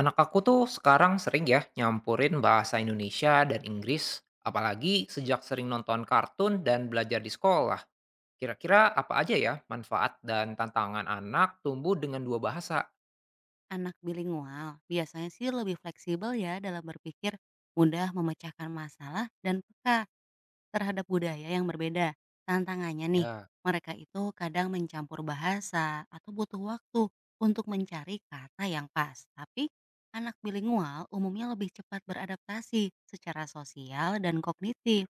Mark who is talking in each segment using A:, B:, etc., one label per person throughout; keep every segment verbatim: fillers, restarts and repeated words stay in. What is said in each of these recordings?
A: Anak aku tuh sekarang sering ya nyampurin bahasa Indonesia dan Inggris, apalagi sejak sering nonton kartun dan belajar di sekolah. Kira-kira apa aja ya manfaat dan tantangan anak tumbuh dengan dua bahasa?
B: Anak bilingual biasanya sih lebih fleksibel ya dalam berpikir, mudah memecahkan masalah dan peka terhadap budaya yang berbeda. Tantangannya nih,
A: Ya,
B: mereka itu kadang mencampur bahasa atau butuh waktu untuk mencari kata yang pas. Tapi anak bilingual umumnya lebih cepat beradaptasi secara sosial dan kognitif.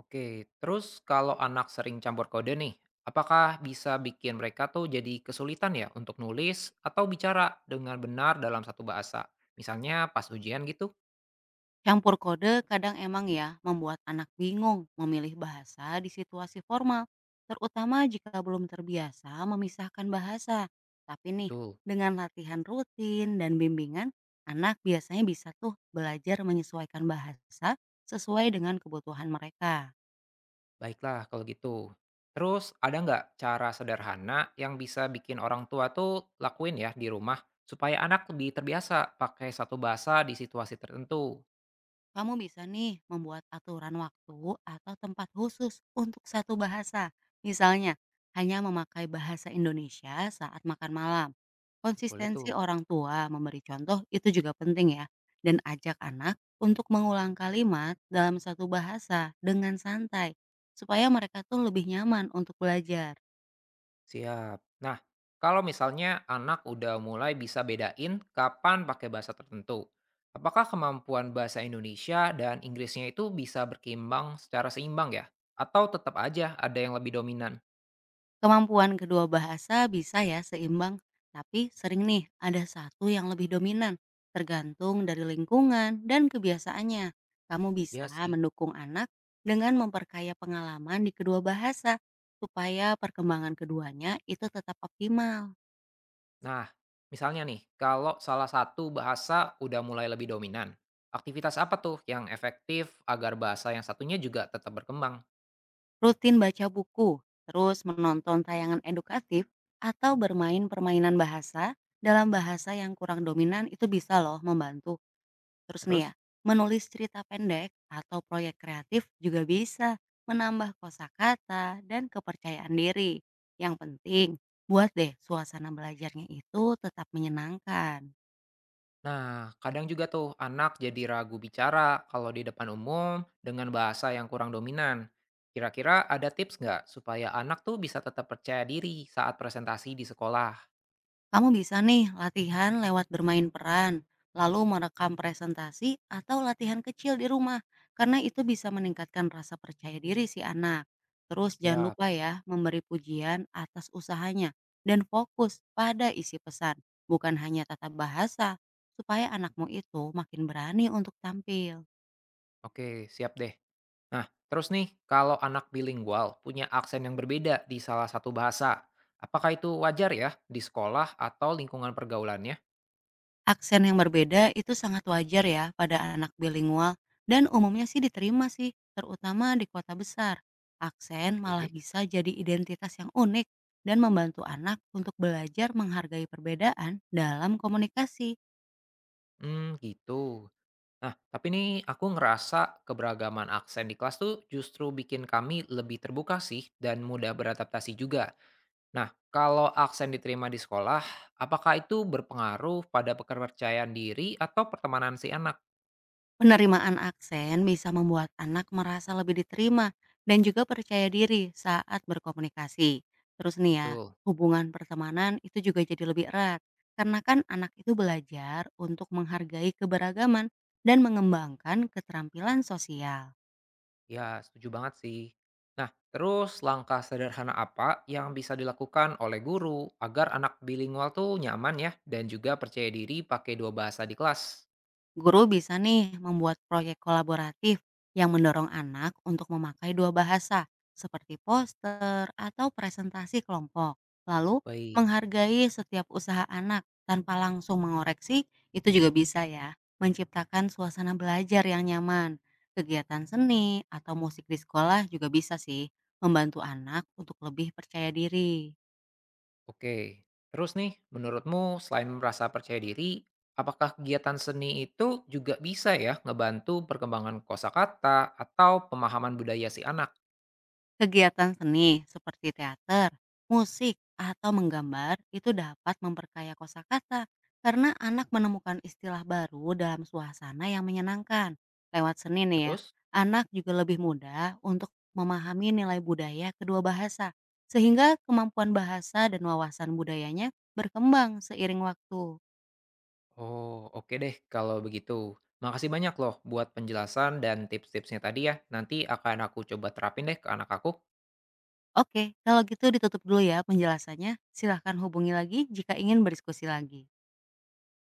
A: oke. Terus kalau anak sering campur kode nih, apakah bisa bikin mereka tuh jadi kesulitan ya untuk nulis atau bicara dengan benar dalam satu bahasa? Misalnya pas ujian gitu?
B: Campur kode kadang emang ya membuat anak bingung memilih bahasa di situasi formal, terutama jika belum terbiasa memisahkan bahasa. Tapi nih,
A: Betul.
B: dengan latihan rutin dan bimbingan, anak biasanya bisa tuh belajar menyesuaikan bahasa sesuai dengan kebutuhan mereka.
A: Baiklah kalau gitu. Terus ada nggak cara sederhana yang bisa bikin orang tua tuh lakuin ya di rumah supaya anak lebih terbiasa pakai satu bahasa di situasi tertentu?
B: Kamu bisa nih membuat aturan waktu atau tempat khusus untuk satu bahasa. Misalnya, hanya memakai bahasa Indonesia saat makan malam.
A: Boleh
B: Konsistensi
A: tuh.
B: orang tua memberi contoh itu juga penting ya. Dan ajak anak untuk mengulang kalimat dalam satu bahasa dengan santai. Supaya mereka tuh lebih nyaman untuk belajar.
A: Siap. Nah, kalau misalnya anak udah mulai bisa bedain kapan pakai bahasa tertentu, apakah kemampuan bahasa Indonesia dan Inggrisnya itu bisa berkembang secara seimbang ya? Atau tetap aja ada yang lebih dominan?
B: Kemampuan kedua bahasa bisa ya seimbang. Tapi sering nih ada satu yang lebih dominan. Tergantung dari lingkungan dan kebiasaannya. Kamu bisa
A: Ya sih.
B: mendukung anak dengan memperkaya pengalaman di kedua bahasa. Supaya perkembangan keduanya itu tetap optimal.
A: Nah, misalnya nih, kalau salah satu bahasa udah mulai lebih dominan, aktivitas apa tuh yang efektif agar bahasa yang satunya juga tetap berkembang?
B: Rutin baca buku, terus menonton tayangan edukatif, atau bermain permainan bahasa dalam bahasa yang kurang dominan itu bisa loh membantu. Terus nih ya,
A: Terus?
B: menulis cerita pendek atau proyek kreatif juga bisa menambah kosakata dan kepercayaan diri. Yang penting, buat deh suasana belajarnya itu tetap menyenangkan.
A: Nah, kadang juga tuh anak jadi ragu bicara kalau di depan umum dengan bahasa yang kurang dominan. Kira-kira ada tips nggak supaya anak tuh bisa tetap percaya diri saat presentasi di sekolah?
B: Kamu bisa nih latihan lewat bermain peran, lalu merekam presentasi atau latihan kecil di rumah, karena itu bisa meningkatkan rasa percaya diri si anak. Terus jangan
A: Siap,
B: lupa ya memberi pujian atas usahanya dan fokus pada isi pesan, bukan hanya tata bahasa, supaya anakmu itu makin berani untuk tampil.
A: oke, siap deh. Nah, terus nih, kalau anak bilingual punya aksen yang berbeda di salah satu bahasa, apakah itu wajar ya di sekolah atau lingkungan pergaulannya?
B: Aksen yang berbeda itu sangat wajar ya pada anak bilingual dan umumnya sih diterima sih, terutama di kota besar. Aksen malah
A: Oke.
B: bisa jadi identitas yang unik dan membantu anak untuk belajar menghargai perbedaan dalam komunikasi.
A: Hmm, gitu. Nah, tapi nih aku ngerasa keberagaman aksen di kelas tuh justru bikin kami lebih terbuka sih dan mudah beradaptasi juga. Nah, kalau aksen diterima di sekolah, apakah itu berpengaruh pada kepercayaan diri atau pertemanan si anak?
B: Penerimaan aksen bisa membuat anak merasa lebih diterima dan juga percaya diri saat berkomunikasi. Terus nih ya,
A: Betul.
B: hubungan pertemanan itu juga jadi lebih erat. Karena kan anak itu belajar untuk menghargai keberagaman dan mengembangkan keterampilan sosial.
A: Ya, setuju banget sih. Nah, terus langkah sederhana apa yang bisa dilakukan oleh guru agar anak bilingual tuh nyaman ya dan juga percaya diri pakai dua bahasa di kelas?
B: Guru bisa nih membuat proyek kolaboratif yang mendorong anak untuk memakai dua bahasa, seperti poster atau presentasi kelompok. Lalu,
A: Baik,
B: menghargai setiap usaha anak tanpa langsung mengoreksi, itu juga bisa ya, menciptakan suasana belajar yang nyaman. Kegiatan seni atau musik di sekolah juga bisa sih membantu anak untuk lebih percaya diri.
A: oke. Terus nih, menurutmu selain merasa percaya diri, apakah kegiatan seni itu juga bisa ya ngebantu perkembangan kosakata atau pemahaman budaya si anak?
B: Kegiatan seni seperti teater, musik, atau menggambar itu dapat memperkaya kosakata karena anak menemukan istilah baru dalam suasana yang menyenangkan. Lewat seni nih ya,
A: Terus.
B: anak juga lebih mudah untuk memahami nilai budaya kedua bahasa sehingga kemampuan bahasa dan wawasan budayanya berkembang seiring waktu.
A: Oh, oke deh kalau begitu. Makasih banyak loh buat penjelasan dan tips-tipsnya tadi ya. Nanti akan aku coba terapin deh ke anak aku.
B: Oke, kalau gitu ditutup dulu ya penjelasannya. Silahkan hubungi lagi jika ingin berdiskusi lagi.